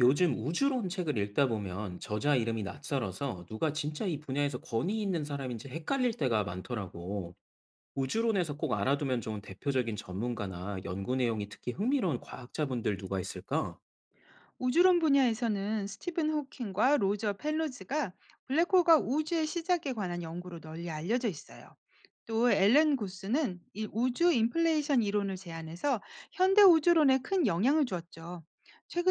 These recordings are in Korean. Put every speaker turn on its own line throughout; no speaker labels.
요즘 우주론 책을 읽다 보면 저자 이름이 낯설어서 누가 진짜 이 분야에서 권위 있는 사람인지 헷갈릴 때가 많더라고. 우주론에서 꼭 알아두면 좋은 대표적인 전문가나 연구 내용이 특히 흥미로운 과학자분들 누가 있을까?
우주론 분야에서는 스티븐 호킹과 로저 펠로즈가 블랙홀과 우주의 시작에 관한 연구로 널리 알려져 있어요. 또 앨런 구스는 이 우주 인플레이션 이론을 제안해서 현대 우주론에 큰 영향을 주었죠.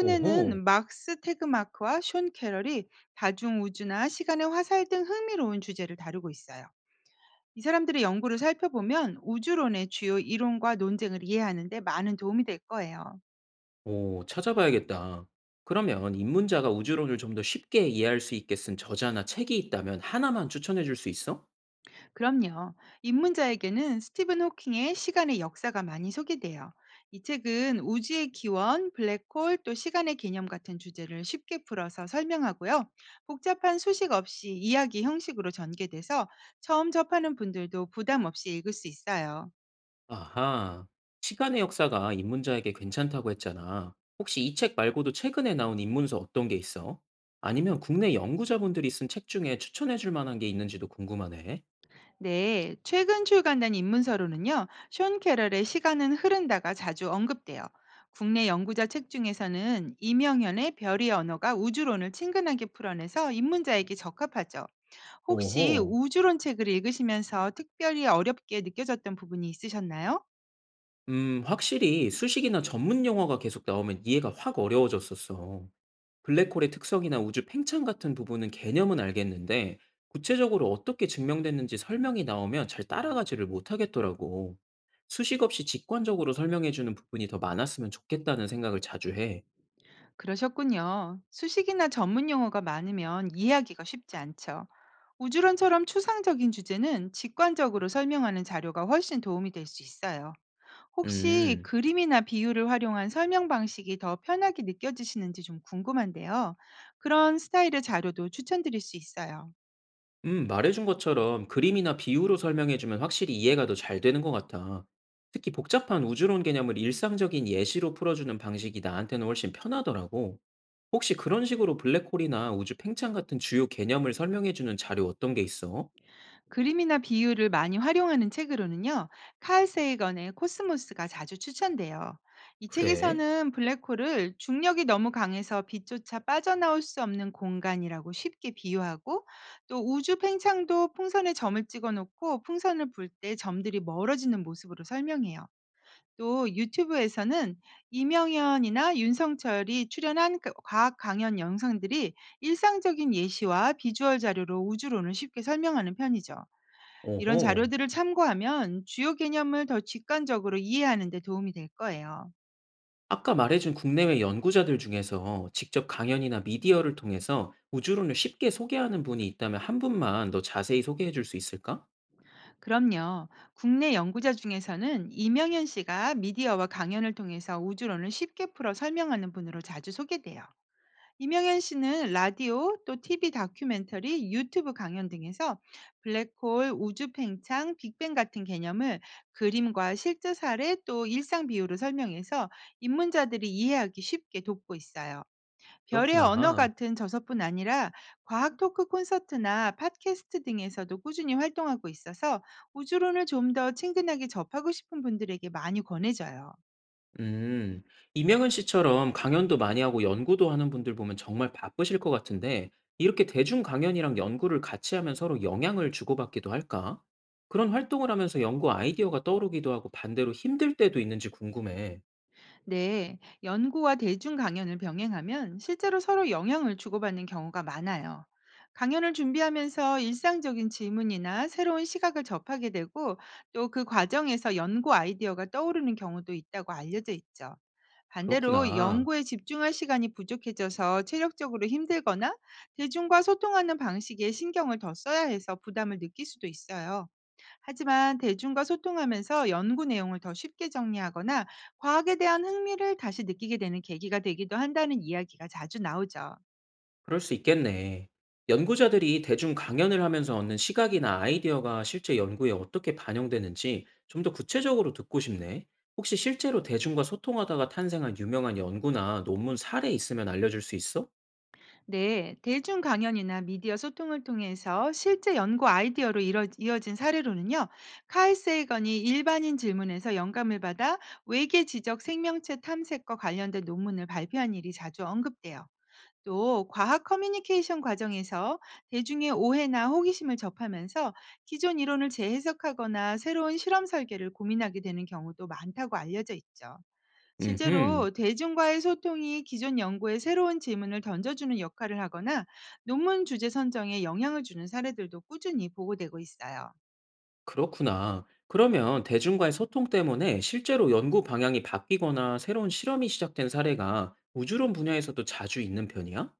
오호,
막스 테그마크와 숀 캐럴이 다중 우주나 시간의 화살 등 흥미로운 주제를 다루고 있어요. 이 사람들의 연구를 살펴보면 우주론의 주요 이론과 논쟁을 이해하는 데 많은 도움이 될 거예요.
오, 찾아봐야겠다. 그러면 입문자가 우주론을 좀 더 쉽게 이해할 수 있게 쓴 저자나 책이 있다면 하나만 추천해 줄 수 있어?
그럼요. 입문자에게는 스티븐 호킹의 시간의 역사가 많이 소개돼요. 이 책은 우주의 기원, 블랙홀, 또 시간의 개념 같은 주제를 쉽게 풀어서 설명하고요, 복잡한 수식 없이 이야기 형식으로 전개돼서 처음 접하는 분들도 부담 없이 읽을 수 있어요.
아하, 시간의 역사가 입문자에게 괜찮다고 했잖아. 혹시 이 책 말고도 최근에 나온 입문서 어떤 게 있어? 아니면 국내 연구자분들이 쓴 책 중에 추천해 줄 만한 게 있는지도 궁금하네.
네, 최근 출간된 입문서로는요, 쇼 캐럴의 시간은 흐른다가 자주 언급돼요. 국내 연구자 책 중에서는 이명현의 별의 언어가 우주론을 친근하게 풀어내서 입문자에게 적합하죠. 혹시
오호,
우주론 책을 읽으시면서 특별히 어렵게 느껴졌던 부분이 있으셨나요?
확실히 수식이나 전문 용어가 계속 나오면 이해가 확 어려워졌었어. 블랙홀의 특성이나 우주 팽창 같은 부분은 개념은 알겠는데 구체적으로 어떻게 증명됐는지 설명이 나오면 잘 따라가지를 못하겠더라고. 수식 없이 직관적으로 설명해주는 부분이 더 많았으면 좋겠다는 생각을 자주 해.
그러셨군요. 수식이나 전문 용어가 많으면 이해하기가 쉽지 않죠. 우주론처럼 추상적인 주제는 직관적으로 설명하는 자료가 훨씬 도움이 될 수 있어요. 혹시
음,
그림이나 비유를 활용한 설명 방식이 더 편하게 느껴지시는지 좀 궁금한데요. 그런 스타일의 자료도 추천드릴 수 있어요.
말해준 것처럼 그림이나 비유로 설명해주면 확실히 이해가 더 잘 되는 것 같아. 특히 복잡한 우주론 개념을 일상적인 예시로 풀어주는 방식이 나한테는 훨씬 편하더라고. 혹시 그런 식으로 블랙홀이나 우주 팽창 같은 주요 개념을 설명해주는 자료 어떤 게 있어?
그림이나 비유를 많이 활용하는 책으로는요, 칼 세이건의 코스모스가 자주 추천돼요. 이
그래?
책에서는 블랙홀을 중력이 너무 강해서 빛조차 빠져나올 수 없는 공간이라고 쉽게 비유하고, 또 우주 팽창도 풍선에 점을 찍어 놓고 풍선을 불 때 점들이 멀어지는 모습으로 설명해요. 또 유튜브에서는 이명현이나 윤성철이 출연한 그 과학 강연 영상들이 일상적인 예시와 비주얼 자료로 우주론을 쉽게 설명하는 편이죠. 이런
오호.
자료들을 참고하면 주요 개념을 더 직관적으로 이해하는 데 도움이 될 거예요.
아까 말해준 국내외 연구자들 중에서 직접 강연이나 미디어를 통해서 우주론을 쉽게 소개하는 분이 있다면 한 분만 더 자세히 소개해 줄 수 있을까?
그럼요. 국내 연구자 중에서는 이명현 씨가 미디어와 강연을 통해서 우주론을 쉽게 풀어 설명하는 분으로 자주 소개돼요. 이명현 씨는 라디오, 또 TV 다큐멘터리, 유튜브 강연 등에서 블랙홀, 우주 팽창, 빅뱅 같은 개념을 그림과 실제 사례, 또 일상 비유로 설명해서 입문자들이 이해하기 쉽게 돕고 있어요. 별의 언어
그렇구나.
같은 저서뿐 아니라 과학 토크 콘서트나 팟캐스트 등에서도 꾸준히 활동하고 있어서 우주론을 좀 더 친근하게 접하고 싶은 분들에게 많이 권해져요.
음, 이명현 씨처럼 강연도 많이 하고 연구도 하는 분들 보면 정말 바쁘실 것 같은데, 이렇게 대중 강연이랑 연구를 같이 하면 서로 영향을 주고받기도 할까? 그런 활동을 하면서 연구 아이디어가 떠오르기도 하고 반대로 힘들 때도 있는지 궁금해.
네, 연구와 대중 강연을 병행하면 실제로 서로 영향을 주고받는 경우가 많아요. 강연을 준비하면서 일상적인 질문이나 새로운 시각을 접하게 되고, 또 그 과정에서 연구 아이디어가 떠오르는 경우도 있다고 알려져 있죠. 반대로
그렇구나.
연구에 집중할 시간이 부족해져서 체력적으로 힘들거나 대중과 소통하는 방식에 신경을 더 써야 해서 부담을 느낄 수도 있어요. 하지만 대중과 소통하면서 연구 내용을 더 쉽게 정리하거나 과학에 대한 흥미를 다시 느끼게 되는 계기가 되기도 한다는 이야기가 자주 나오죠.
그럴 수 있겠네. 연구자들이 대중 강연을 하면서 얻는 시각이나 아이디어가 실제 연구에 어떻게 반영되는지 좀 더 구체적으로 듣고 싶네. 혹시 실제로 대중과 소통하다가 탄생한 유명한 연구나 논문 사례 있으면 알려줄 수 있어?
네, 대중 강연이나 미디어 소통을 통해서 실제 연구 아이디어로 이어진 사례로는요, 카이 세이건이 일반인 질문에서 영감을 받아 외계 지적 생명체 탐색과 관련된 논문을 발표한 일이 자주 언급돼요. 또 과학 커뮤니케이션 과정에서 대중의 오해나 호기심을 접하면서 기존 이론을 재해석하거나 새로운 실험 설계를 고민하게 되는 경우도 많다고 알려져 있죠.
음흠,
실제로 대중과의 소통이 기존 연구에 새로운 질문을 던져주는 역할을 하거나 논문 주제 선정에 영향을 주는 사례들도 꾸준히 보고되고 있어요.
그렇구나. 그러면 대중과의 소통 때문에 실제로 연구 방향이 바뀌거나 새로운 실험이 시작된 사례가 우주론 분야에서도 자주 있는 편이야?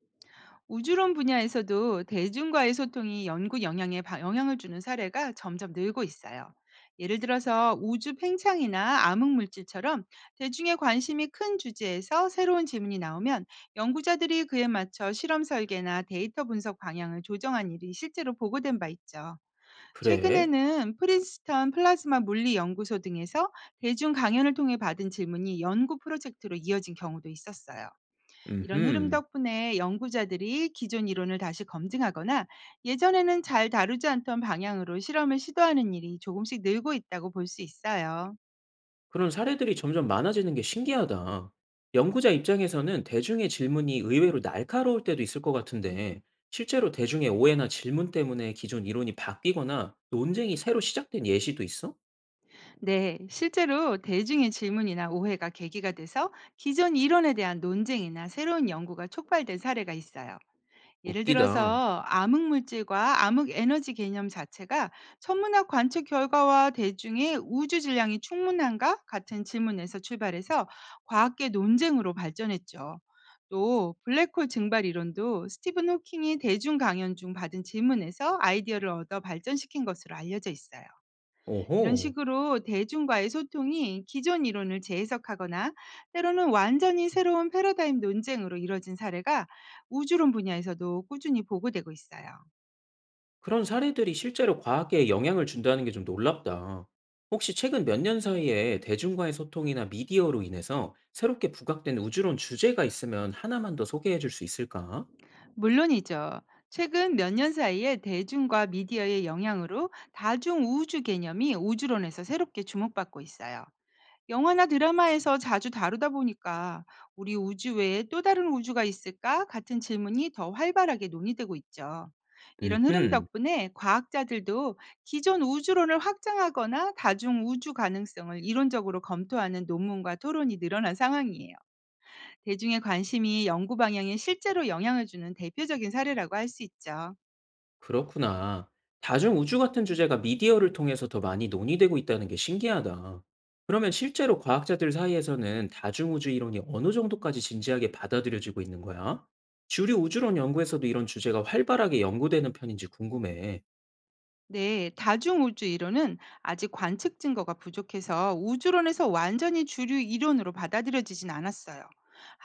우주론 분야에서도 대중과의 소통이 연구 영향에 영향을 주는 사례가 점점 늘고 있어요. 예를 들어서 우주 팽창이나 암흑물질처럼 대중의 관심이 큰 주제에서 새로운 질문이 나오면, 연구자들이 그에 맞춰 실험 설계나 데이터 분석 방향을 조정한 일이 실제로 보고된 바 있죠.
그래?
최근에는 프린스턴 플라즈마 물리 연구소 등에서 대중 강연을 통해 받은 질문이 연구 프로젝트로 이어진 경우도 있었어요. 이런 흐름
음흠.
덕분에 연구자들이 기존 이론을 다시 검증하거나 예전에는 잘 다루지 않던 방향으로 실험을 시도하는 일이 조금씩 늘고 있다고 볼 수 있어요.
그런 사례들이 점점 많아지는 게 신기하다. 연구자 입장에서는 대중의 질문이 의외로 날카로울 때도 있을 것 같은데, 실제로 대중의 오해나 질문 때문에 기존 이론이 바뀌거나 논쟁이 새로 시작된 예시도 있어?
네, 실제로 대중의 질문이나 오해가 계기가 돼서 기존 이론에 대한 논쟁이나 새로운 연구가 촉발된 사례가 있어요. 예를
웃기다.
들어서 암흑 물질과 암흑 에너지 개념 자체가 천문학 관측 결과와 대중의 우주 질량이 충분한가 같은 질문에서 출발해서 과학계 논쟁으로 발전했죠. 또 블랙홀 증발 이론도 스티븐 호킹이 대중 강연 중 받은 질문에서 아이디어를 얻어 발전시킨 것으로 알려져 있어요. 이런
오호.
식으로 대중과의 소통이 기존 이론을 재해석하거나 때로는 완전히 새로운 패러다임 논쟁으로 이뤄진 사례가 우주론 분야에서도 꾸준히 보고되고 있어요.
그런 사례들이 실제로 과학계에 영향을 준다는 게 좀 놀랍다. 혹시 최근 몇 년 사이에 대중과의 소통이나 미디어로 인해서 새롭게 부각된 우주론 주제가 있으면 하나만 더 소개해 줄 수 있을까?
물론이죠. 최근 몇 년 사이에 대중과 미디어의 영향으로 다중 우주 개념이 우주론에서 새롭게 주목받고 있어요. 영화나 드라마에서 자주 다루다 보니까 우리 우주 외에 또 다른 우주가 있을까 같은 질문이 더 활발하게 논의되고 있죠. 이런 흐름
음흠.
덕분에 과학자들도 기존 우주론을 확장하거나 다중 우주 가능성을 이론적으로 검토하는 논문과 토론이 늘어난 상황이에요. 대중의 관심이 연구 방향에 실제로 영향을 주는 대표적인 사례라고 할 수 있죠.
그렇구나. 다중우주 같은 주제가 미디어를 통해서 더 많이 논의되고 있다는 게 신기하다. 그러면 실제로 과학자들 사이에서는 다중우주 이론이 어느 정도까지 진지하게 받아들여지고 있는 거야? 주류 우주론 연구에서도 이런 주제가 활발하게 연구되는 편인지 궁금해.
네, 다중우주 이론은 아직 관측 증거가 부족해서 우주론에서 완전히 주류 이론으로 받아들여지진 않았어요.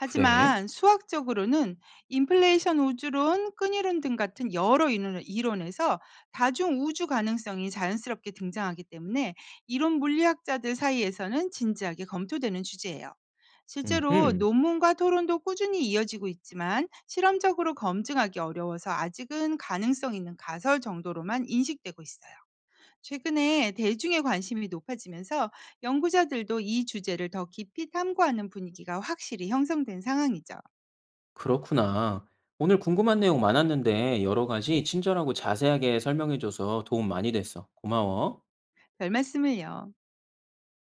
그래?
수학적으로는 인플레이션 우주론, 끈이론 등 같은 여러 이론에서 다중우주 가능성이 자연스럽게 등장하기 때문에 이론 물리학자들 사이에서는 진지하게 검토되는 주제예요. 실제로
음
논문과 토론도 꾸준히 이어지고 있지만, 실험적으로 검증하기 어려워서 아직은 가능성 있는 가설 정도로만 인식되고 있어요. 최근에 대중의 관심이 높아지면서 연구자들도 이 주제를 더 깊이 탐구하는 분위기가 확실히 형성된 상황이죠.
그렇구나. 오늘 궁금한 내용 많았는데 여러 가지 친절하고 자세하게 설명해줘서 도움 많이 됐어. 고마워.
별 말씀을요.